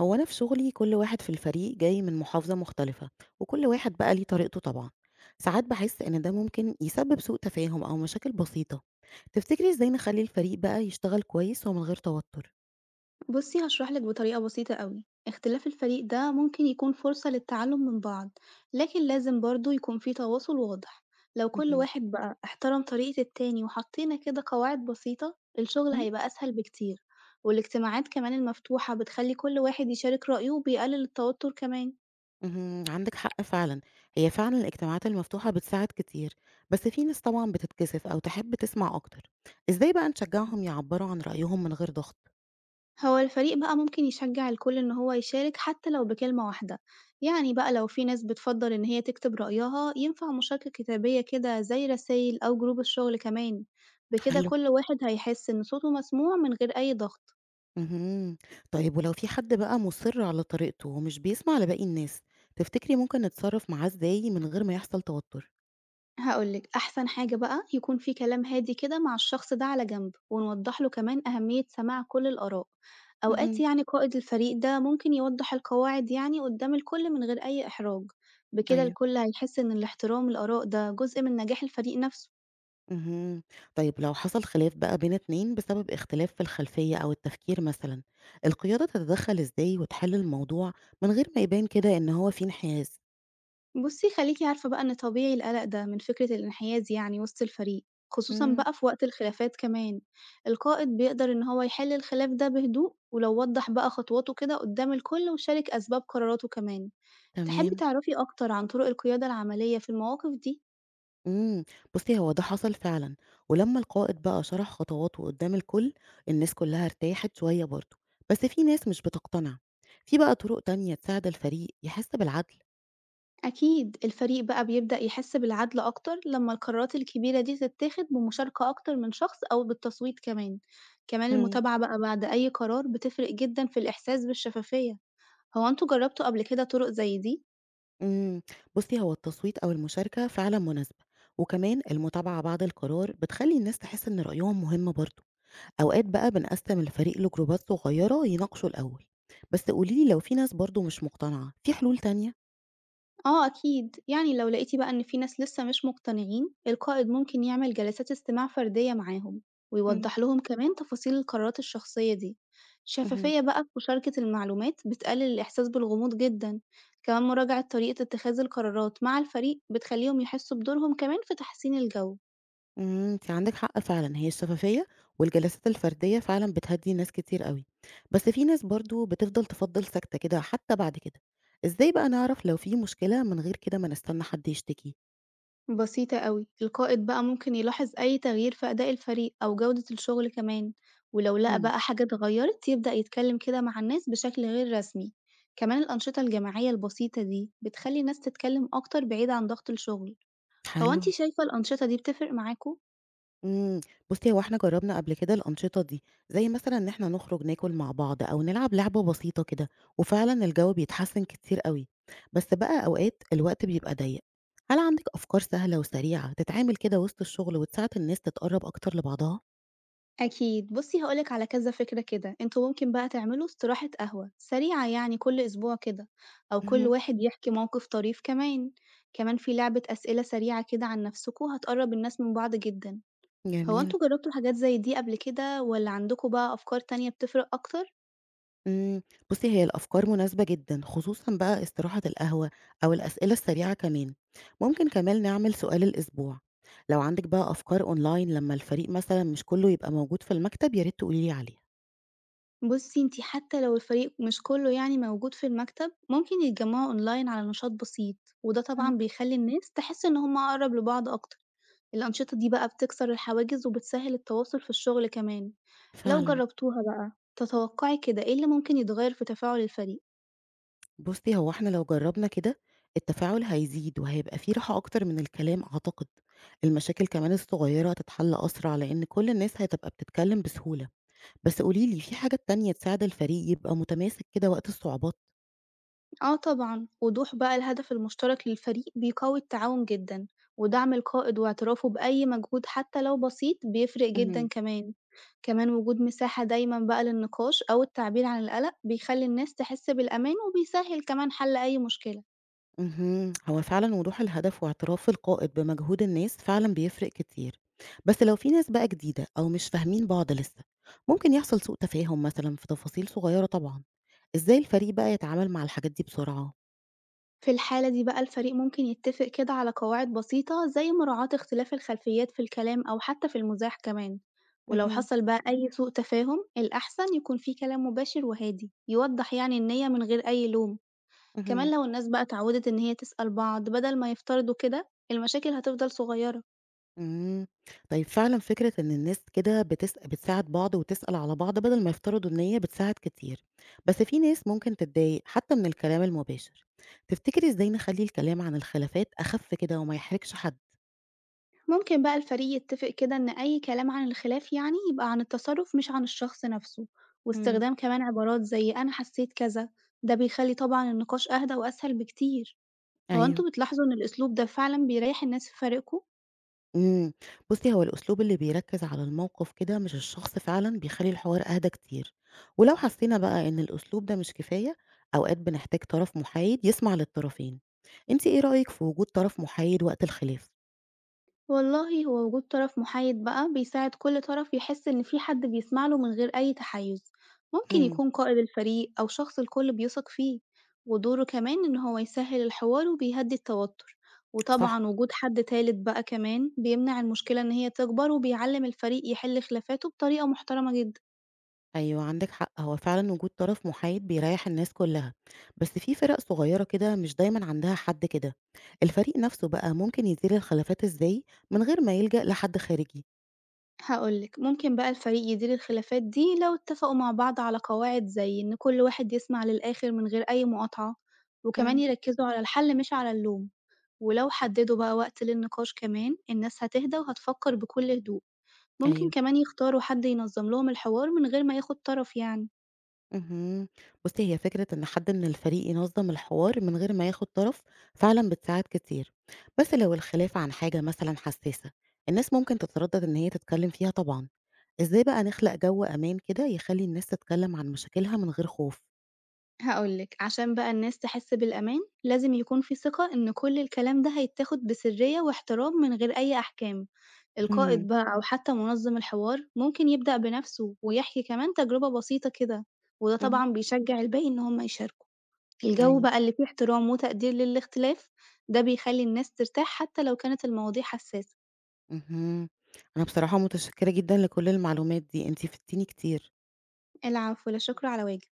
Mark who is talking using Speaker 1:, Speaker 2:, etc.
Speaker 1: هو أنا في شغلي كل واحد في الفريق جاي من محافظة مختلفة، وكل واحد بقى ليه طريقته طبعا. ساعات بحس إن ده ممكن يسبب سوء تفاهم أو مشاكل بسيطة. تفتكري إزاي نخلي الفريق بقى يشتغل كويس ومن غير توتر؟
Speaker 2: بصي هشرح لك بطريقة بسيطة قوي اختلاف الفريق ده ممكن يكون فرصة للتعلم من بعض. لكن لازم برضو يكون في تواصل واضح. لو كل
Speaker 1: مهم.
Speaker 2: واحد بقى احترم طريقة التاني وحطينا كده قواعد بسيطة الشغل
Speaker 1: مم؟
Speaker 2: هيبقى أسهل بكتير. والاجتماعات كمان المفتوحة بتخلي كل واحد يشارك رأيه وبيقلل التوتر كمان.
Speaker 1: مهم. عندك حق فعلا، هي فعلا الاجتماعات المفتوحة بتساعد كتير، بس في ناس طبعا بتتكسف أو تحب تسمع أكتر. إزاي بقى نشجعهم يعبروا عن رأيهم من غير ضغط؟
Speaker 2: هو الفريق بقى ممكن يشجع الكل إن هو يشارك حتى لو بكلمة واحدة، بقى لو في ناس بتفضل إن هي تكتب رأيها ينفع مشاركة كتابية كده زي رسايل أو جروب الشغل كمان، بكده
Speaker 1: حلو.
Speaker 2: كل واحد هيحس إن صوته مسموع من غير أي ضغط.
Speaker 1: اهم. طيب ولو في حد بقى مُصِر على طريقته ومش بيسمع لباقي الناس، تفتكري ممكن نتصرّف معاه إزاي من غير ما يحصل توتُّر؟
Speaker 2: هاقول لِك، أحسن حاجة بقى يكون في كلام هادي كده مع الشخص ده على جنب، ونوضح له كمان أهمية سماع كل الآراء، أوقات
Speaker 1: اهم،
Speaker 2: قائد الفريق ده ممكن يوضح القواعد قدام الكل من غير أي إحراج، بكده
Speaker 1: أيوه.
Speaker 2: الكل هيحس إن الاحترام الآراء ده جزء من نجاح الفريق نفسه.
Speaker 1: اهم. طيب لو حصل خلاف بقى بين 2 بسبب اختلاف في الخلفية أو التفكير مثلًا، القيادة تتدخّل إزاي وتحِل الموضوع من غير ما يبان كده إن هو في انحياز؟
Speaker 2: بُصّي خليكِ عارفة بقى إن طبيعي القلق ده من فكرة الانحياز وسط الفريق، خصوصًا
Speaker 1: إمم.
Speaker 2: بقى في وقت الخلافات كمان، القائد بيقدر إن هو يحل الخلاف ده بهدوء، ولو وضح بقى خطواته كده قدام الكل وشارك أسباب قراراته كمان. تحبي
Speaker 1: تمام.
Speaker 2: تعرفي أكتر عن طرق القيادة العملية في المواقف دي؟
Speaker 1: إمم، بُصّي هو ده حصل فعلًا، ولمّا القائد بقى شرح خطواته قدّام الكل، الناس كلّها ارتاحت شوية برضه، بس في ناس مش بتقتنع. في بقى طرق تانية تساعد الفريق يحس بالعدل؟
Speaker 2: أكيد الفريق بقى بيبدأ يحس بالعدل أكتر لما القرارات الكبيرة دي تتاخد بمشاركة أكتر من شخص أو بالتصويت كمان. كمان
Speaker 1: إمم.
Speaker 2: المتابعة بقى بعد أي قرار بتفرق جدا في الإحساس بالشفافية. هو أنتوا جربتوا قبل كده طرق زي دي؟
Speaker 1: إمم، بُصّي هو التصويت أو المشاركة فعلًا مناسبة، وكمان المتابعة بعد القرار بتخلّي الناس تحس إن رأيهم مهم برضه، أوقات بقى بنقسّم الفريق لجروبات صغيّرة يناقشوا الأول، بس قولي لي لو في ناس برضه مش مقتنعة، في حلول تانية؟
Speaker 2: آه أكيد، لو لقيتِ بقى إن في ناس لسه مش مقتنعين، القائد ممكن يعمل جلسات استماع فردية معاهم،
Speaker 1: إمم.
Speaker 2: ويوضح لهم كمان تفاصيل القرارات الشخصية دي.
Speaker 1: اهم.
Speaker 2: الشفافية بقى في مشاركة المعلومات بتقلل الإحساس بالغموض جدًا، كمان مراجعة طريقة اتخاذ القرارات مع الفريق بتخليهم يحسوا بدورهم كمان في تحسين الجو.
Speaker 1: إمم، أنتِ عندِك حق فعلًا، هي الشفافية والجلسات الفردية فعلًا بتهدّي ناس كتير أوي، بس في ناس برضه بتفضل تفضّل ساكتة كده حتى بعد كده. إزاي بقى نعرف لو في مشكلة من غير كده ما نستنى حد يشتكي؟
Speaker 2: بسيطة أوي، القائد بقى ممكن يلاحظ أي تغيير في أداء الفريق أو جودة الشغل كمان، ولو لقى
Speaker 1: إمم.
Speaker 2: بقى حاجة اتغيرت يبدأ يتكلم كده مع الناس بشكل غير رسمي، كمان الأنشطة الجماعية البسيطة دي بتخلي الناس تتكلم أكتر بعيد عن ضغط الشغل. هو
Speaker 1: حلو.
Speaker 2: أنتي شايفة الأنشطة دي بتفرق معاكوا؟
Speaker 1: إمم، بُصّي هو إحنا جرّبنا قبل كده الأنشطة دي، زي مثلًا إن إحنا نخرج ناكل مع بعض أو نلعب لعبة بسيطة كده، وفعلًا الجو بيتحسن كتير أوي، بس بقى أوقات الوقت بيبقى ضيّق. هل عندِك أفكار سهلة وسريعة تتعمل كده وسط الشغل وتساعد الناس تتقرّب أكتر لبعضها؟
Speaker 2: أكيد، بصي هقولك على كذا فكرة كده، انتوا ممكن بقى تعملوا استراحة قهوة سريعة كل أسبوع كده، أو كل
Speaker 1: اهم.
Speaker 2: واحد يحكي موقف طريف كمان، كمان في لعبة أسئلة سريعة كده عن نفسكوا هتقرب الناس من بعض جدا. هو
Speaker 1: جميل.
Speaker 2: أنتم جرّبتوا حاجات زي دي قبل كده والّا عندكم بقى أفكار تانية بتفرق أكتر؟
Speaker 1: إمم، بُصّي هي الأفكار مناسبة جدًا، خصوصًا بقى استراحة القهوة أو الأسئلة السريعة كمان. ممكن كمان نعمل سؤال الأسبوع. لو عندِك بقى أفكار أونلاين لمّا الفريق مثلًا مش كلّه يبقى موجود في المكتب يا ريت تقولي لي عليها.
Speaker 2: بُصّي، أنتِ حتى لو الفريق مش كُلّه موجود في المكتب، ممكن يتجمّعوا أونلاين على نشاط بسيط، وده
Speaker 1: إمم.
Speaker 2: طبعًا بيخلّي الناس تحس إن هم أقرب لبعض أكتر. الأنشطة دي بقى بتكسر الحواجز وبتسهّل التواصل في الشغل كمان. لو
Speaker 1: فعلًا.
Speaker 2: جرّبتوها بقى، تتوقعي كده إيه اللي ممكن يتغيّر في تفاعل الفريق؟
Speaker 1: بُصّي هو إحنا لو جرّبنا كده التفاعل هيزيد وهيبقى في راحة أكتر من الكلام أعتقد، المشاكل كمان الصغيّرة هتتحل أسرع لإن كل الناس هتبقى بتتكلم بسهولة. بس قولي لي في حاجات تانية تساعد الفريق يبقى متماسك كده وقت الصعوبات؟
Speaker 2: آه طبعًا، وضوح بقى الهدف المشترك للفريق بيقوي التعاون جدًا، ودعم القائد واعترافه بأي مجهود حتى لو بسيط بيفرق جدًا
Speaker 1: اهم.
Speaker 2: كمان، كمان وجود مساحة دايمًا بقى للنقاش أو التعبير عن القلق بيخلي الناس تحس بالأمان وبيسهل كمان حل أي مشكلة.
Speaker 1: اهم. هو فعلًا وضوح الهدف واعتراف القائد بمجهود الناس فعلًا بيفرق كتير، بس لو في ناس بقى جديدة أو مش فاهمين بعض لسه، ممكن يحصل سوء تفاهم مثلًا في تفاصيل صغيرة طبعًا. إزاي الفريق بقى يتعامل مع الحاجات دي بسرعة؟
Speaker 2: في الحالة دي بقى الفريق ممكن يتفق كده على قواعد بسيطة زي مراعاة اختلاف الخلفيات في الكلام أو حتى في المزاح كمان، ولو
Speaker 1: اهم.
Speaker 2: حصل بقى أي سوء تفاهم الأحسن يكون في كلام مباشر وهادي يوضح النية من غير أي لوم.
Speaker 1: اهم.
Speaker 2: كمان لو الناس بقى اتعودت إن هي تسأل بعض بدل ما يفترضوا كده المشاكل هتفضل صغيرة.
Speaker 1: إمم. طيب فعلًا فكرة إن الناس كده بتساعد بعض وتسأل على بعض بدل ما يفترضوا إن هي بتساعد كتير، بس في ناس ممكن تتضايق حتى من الكلام المباشر. تفتكري إزاي نخلي الكلام عن الخلافات أخف كده وما يحرجش حد؟
Speaker 2: ممكن بقى الفريق يتفق كده إن أي كلام عن الخلاف يبقى عن التصرف مش عن الشخص نفسه،
Speaker 1: إمم.
Speaker 2: واستخدام كمان عبارات زي أنا حسيت كذا. ده بيخلي طبعا النقاش أهدى وأسهل بكتير. هو
Speaker 1: أيوه.
Speaker 2: انتوا بتلاحظوا إن الأسلوب ده فعلا بيريح الناس في فريقكم؟
Speaker 1: إمم، بُصّي هو الأسلوب اللي بيركّز على الموقف كده مش الشخص فعلًا بيخلّي الحوار أهدى كتير، ولو حسينا بقى إن الأسلوب ده مش كفاية أوقات بنحتاج طرف محايد يسمع للطرفين. أنتِ إيه رأيِك في وجود طرف محايد وقت الخلاف؟
Speaker 2: والله هو وجود طرف محايد بقى بيساعد كل طرف يحس إن في حد بيسمع له من غير أي تحيز، ممكن
Speaker 1: إمم.
Speaker 2: يكون قائد الفريق أو شخص الكل بيثق فيه، ودوره كمان إن هو يسهل الحوار وبيهدي التوتر،
Speaker 1: صح.
Speaker 2: وطبعا وجود حد تالت بقى كمان بيمنع المشكلة إن هي تكبر وبيعلم الفريق يحل خلافاته بطريقة محترمة جدا.
Speaker 1: أيوه عندِك حق، هو فعلًا وجود طرف محايد بيريّح الناس كلّها، بس في فرق صغيّرة كده مش دايمًا عندها حد كده. الفريق نفسه بقى ممكن يدير الخلافات إزاي من غير ما يلجأ لحد خارجي؟
Speaker 2: هقولك ممكن بقى الفريق يدير الخلافات دي لو اتفقوا مع بعض على قواعد زي إن كل واحد يسمع للآخر من غير أي مقاطعة، وكمان
Speaker 1: إمم.
Speaker 2: يركزوا على الحل مش على اللوم. ولو حددوا بقى وقت للنقاش كمان الناس هتهدى وهتفكر بكل هدوء. ممكن
Speaker 1: أيوه.
Speaker 2: كمان يختاروا حد ينظم لهم الحوار من غير ما ياخد طرف
Speaker 1: اهم. بُصّي، هي فكرة إن حد من الفريق ينظّم الحوار من غير ما ياخد طرف فعلًا بتساعد كتير، بس لو الخلاف عن حاجة مثلًا حساسة، الناس ممكن تتردد إن هي تتكلم فيها طبعًا. إزاي بقى نخلق جو أمان كده يخلّي الناس تتكلم عن مشاكلها من غير خوف؟
Speaker 2: هقولك عشان بقى الناس تحس بالأمان لازم يكون في ثقة إن كل الكلام ده هيتاخد بسرية واحترام من غير أي أحكام. القائد
Speaker 1: إمم.
Speaker 2: بقى أو حتى منظم الحوار ممكن يبدأ بنفسه ويحكي كمان تجربة بسيطة كده، وده
Speaker 1: اهم.
Speaker 2: طبعا بيشجع الباقي إن هم يشاركوا. الجو
Speaker 1: أيوه.
Speaker 2: بقى اللي فيه احترام وتقدير للاختلاف ده بيخلي الناس ترتاح حتى لو كانت المواضيع حساسة.
Speaker 1: اهم. أنا بصراحة متشكرة جدًا لكل المعلومات دي، أنتِ فدتيني كتير.
Speaker 2: العفو، لا شكر على واجب.